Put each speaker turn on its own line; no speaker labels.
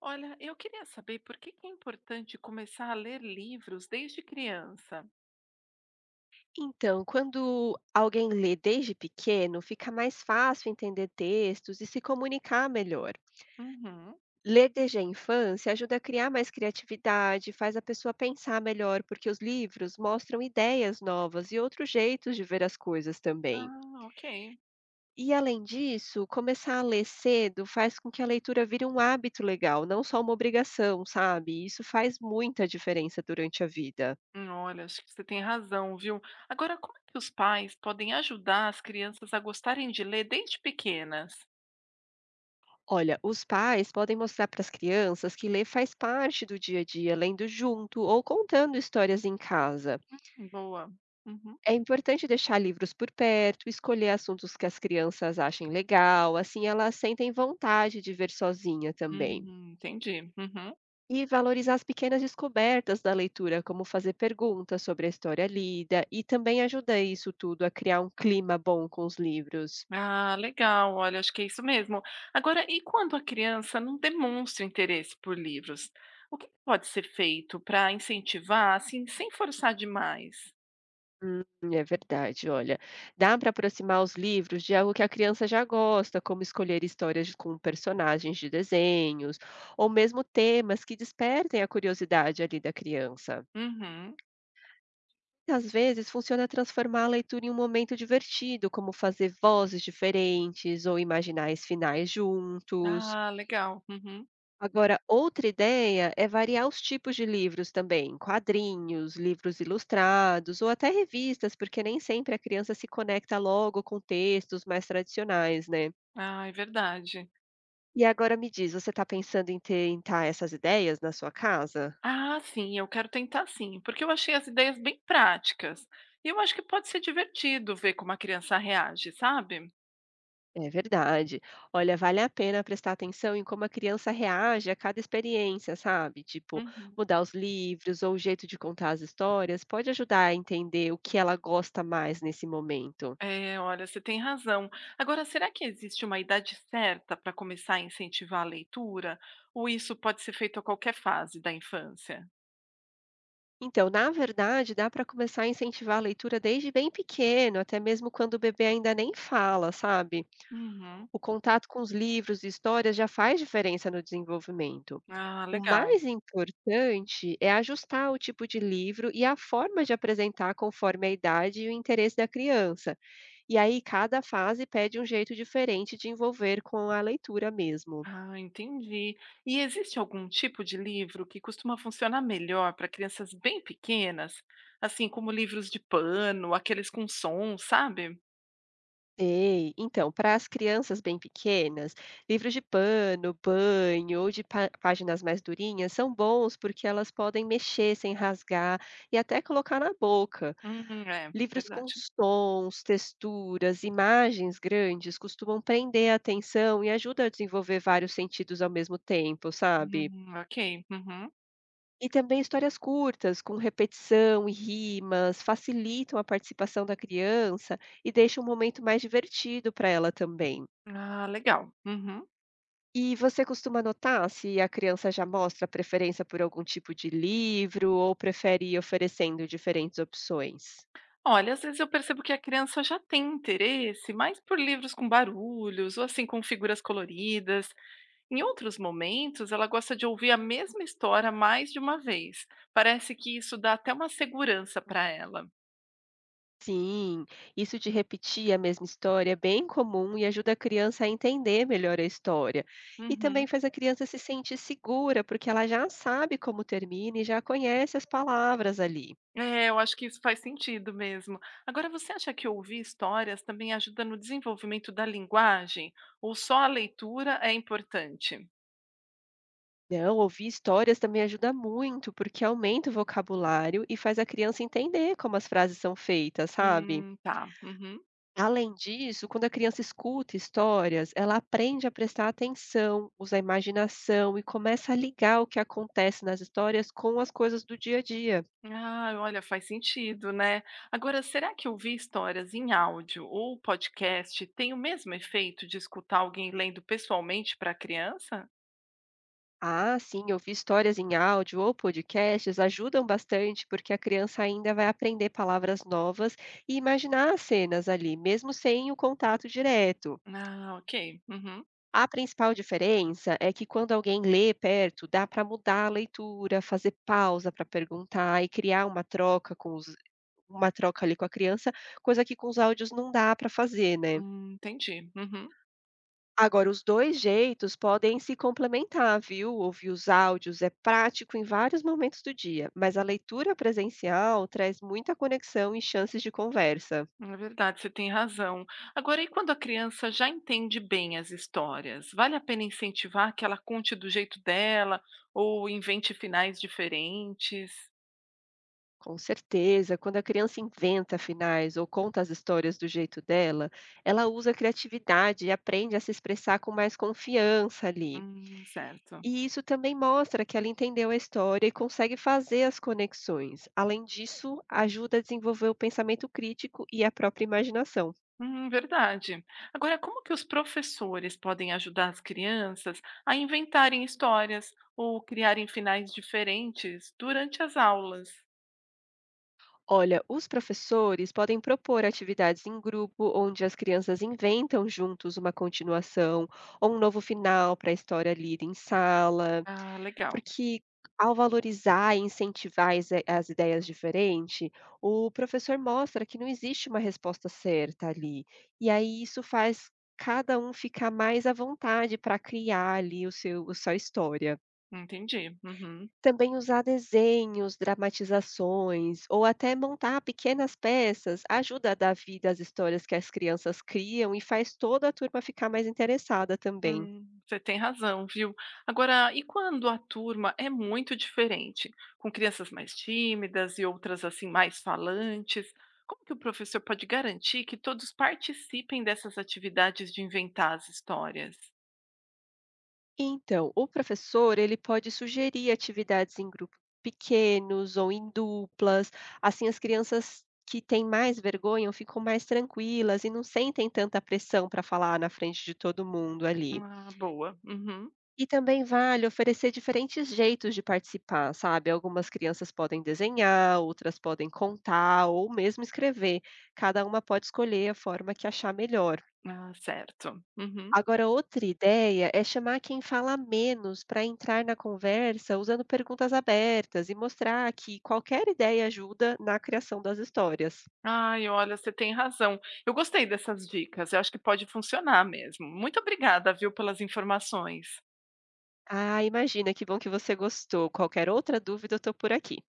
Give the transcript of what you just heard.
Olha, eu queria saber por que que é importante começar a ler livros desde criança.
Então, quando alguém lê desde pequeno, fica mais fácil entender textos e se comunicar melhor.
Uhum.
Ler desde a infância ajuda a criar mais criatividade, faz a pessoa pensar melhor, porque os livros mostram ideias novas e outros jeitos de ver as coisas também.
Ah, ok.
E além disso, começar a ler cedo faz com que a leitura vire um hábito legal, não só uma obrigação, sabe? Isso faz muita diferença durante a vida.
Olha, acho que você tem razão, viu? Agora, como é que os pais podem ajudar as crianças a gostarem de ler desde pequenas?
Olha, os pais podem mostrar para as crianças que ler faz parte do dia a dia, lendo junto ou contando histórias em casa.
Boa. Uhum.
É importante deixar livros por perto, escolher assuntos que as crianças achem legal, assim elas sentem vontade de ver sozinha também.
Entendi. Uhum.
E valorizar as pequenas descobertas da leitura, como fazer perguntas sobre a história lida, e também ajudar isso tudo a criar um clima bom com os livros.
Ah, legal. Olha, acho que é isso mesmo. Agora, e quando a criança não demonstra interesse por livros? O que pode ser feito para incentivar, assim, sem forçar demais?
Hum, é verdade, olha, dá para aproximar os livros de algo que a criança já gosta, como escolher com personagens de desenhos, ou mesmo temas que despertem a curiosidade ali da criança.
Uhum.
Às vezes, funciona transformar a leitura em um momento divertido, como fazer vozes diferentes ou imaginar os finais juntos.
Ah, legal. Uhum.
Agora, outra ideia é variar os tipos de livros também, quadrinhos, livros ilustrados ou até revistas, porque nem sempre a criança se conecta logo com textos mais tradicionais, né?
Ah, é verdade.
E agora me diz, você está pensando em tentar essas ideias na sua casa?
Ah, sim, eu quero tentar sim, porque eu achei as ideias bem práticas. E eu acho que pode ser divertido ver como a criança reage, sabe?
É verdade. Olha, vale a pena prestar atenção em como a criança reage a cada experiência, sabe? Tipo,
Uhum.
mudar os livros ou o jeito de contar as histórias pode ajudar a entender o que ela gosta mais nesse momento.
É, olha, você tem razão. Agora, será que existe uma idade certa para começar a incentivar a leitura? Ou isso pode ser feito a qualquer fase da infância?
Então, na verdade, dá para começar a incentivar a leitura desde bem pequeno, até mesmo quando o bebê ainda nem fala, sabe?
Uhum.
O contato com os livros e histórias já faz diferença no desenvolvimento.
Ah,
O
legal.
mais importante é ajustar o tipo de livro e a forma de apresentar conforme a idade e o interesse da criança. E aí, cada fase pede um jeito diferente de envolver com a leitura mesmo.
Ah, entendi. E existe algum tipo de livro que costuma funcionar melhor para crianças bem pequenas? Assim como livros de pano, aqueles com som, sabe?
Sei. Então, para as crianças bem pequenas, livros de pano, banho ou páginas mais durinhas são bons porque elas podem mexer sem rasgar e até colocar na boca.
É,
Livros com
verdade.
sons, texturas, imagens grandes costumam prender a atenção e ajuda a desenvolver vários sentidos ao mesmo tempo, sabe?
Ok. Uhum.
E também histórias curtas, com repetição e rimas, facilitam a participação da criança e deixam o momento mais divertido para ela também.
Ah, legal. Uhum.
E você costuma notar se a criança já mostra preferência por algum tipo de livro ou prefere ir oferecendo diferentes opções?
Olha, às vezes eu percebo que a criança já tem interesse mais por livros com barulhos ou assim com figuras coloridas. Em outros momentos, ela gosta de ouvir a mesma história mais de uma vez. Parece que isso dá até uma segurança para ela.
Sim, isso de repetir a mesma história é bem comum e ajuda a criança a entender melhor a história. E
Uhum.
também faz a criança se sentir segura, porque ela já sabe como termina e já conhece as palavras ali.
É, eu acho que isso faz sentido mesmo. Agora, você acha que ouvir histórias também ajuda no desenvolvimento da linguagem? Ou só a leitura é importante?
Não, ouvir histórias também ajuda muito, porque aumenta o vocabulário e faz a criança entender como as frases são feitas, sabe?
Tá. Uhum.
Além disso, quando a criança escuta histórias, ela aprende a prestar atenção, usa a imaginação e começa a ligar o que acontece nas histórias com as coisas do dia a dia.
Ah, olha, faz sentido, né? Agora, será que ouvir histórias em áudio ou podcast tem o mesmo efeito de escutar alguém lendo pessoalmente para a criança?
Ah, sim, ouvir histórias em áudio ou podcasts ajudam bastante, porque a criança ainda vai aprender palavras novas e imaginar as cenas ali, mesmo sem o contato direto.
Ah, ok. Uhum.
A principal diferença é que quando alguém lê perto, dá para mudar a leitura, fazer pausa para perguntar e criar uma troca ali com a criança, coisa que com os áudios não dá para fazer, né.
Entendi. Uhum.
Agora os 2 jeitos podem se complementar, viu. Ouvir os áudios é prático em vários momentos do dia, mas a leitura presencial traz muita conexão e chances de conversa.
É verdade, você tem razão. Agora, e quando a criança já entende bem as histórias, vale a pena incentivar que ela conte do jeito dela ou invente finais diferentes?
Com certeza, quando a criança inventa finais ou conta as histórias do jeito dela, ela usa a criatividade e aprende a se expressar com mais confiança ali.
Certo.
E isso também mostra que ela entendeu a história e consegue fazer as conexões. Além disso, ajuda a desenvolver o pensamento crítico e a própria imaginação.
Verdade. Agora, como que os professores podem ajudar as crianças a inventarem histórias ou criarem finais diferentes durante as aulas?
Olha, os professores podem propor atividades em grupo onde as crianças inventam juntos uma continuação ou um novo final para a história lida em sala.
Ah, legal.
Porque ao valorizar e incentivar as ideias diferentes, o professor mostra que não existe uma resposta certa ali. E aí isso faz cada um ficar mais à vontade para criar ali o seu a sua história.
Entendi. Uhum.
Também usar desenhos, dramatizações ou até montar pequenas peças ajuda a dar vida às histórias que as crianças criam e faz toda a turma ficar mais interessada também.
Você tem razão, viu? Agora, e quando a turma é muito diferente, com crianças mais tímidas e outras assim mais falantes, como que o professor pode garantir que todos participem dessas atividades de inventar as histórias?
Então, o professor, ele pode sugerir atividades em grupos pequenos ou em duplas, assim as crianças que têm mais vergonha ficam mais tranquilas e não sentem tanta pressão para falar na frente de todo mundo ali.
Ah, boa. Uhum.
E também vale oferecer diferentes jeitos de participar, sabe? Algumas crianças podem desenhar, outras podem contar ou mesmo escrever. Cada uma pode escolher a forma que achar melhor.
Ah, certo. Uhum.
Agora, outra ideia é chamar quem fala menos para entrar na conversa usando perguntas abertas e mostrar que qualquer ideia ajuda na criação das histórias.
Ai, olha, você tem razão. Eu gostei dessas dicas. Eu acho que pode funcionar mesmo. Muito obrigada, viu, pelas informações.
Ah, imagina, que bom que você gostou. Qualquer outra dúvida, eu estou por aqui.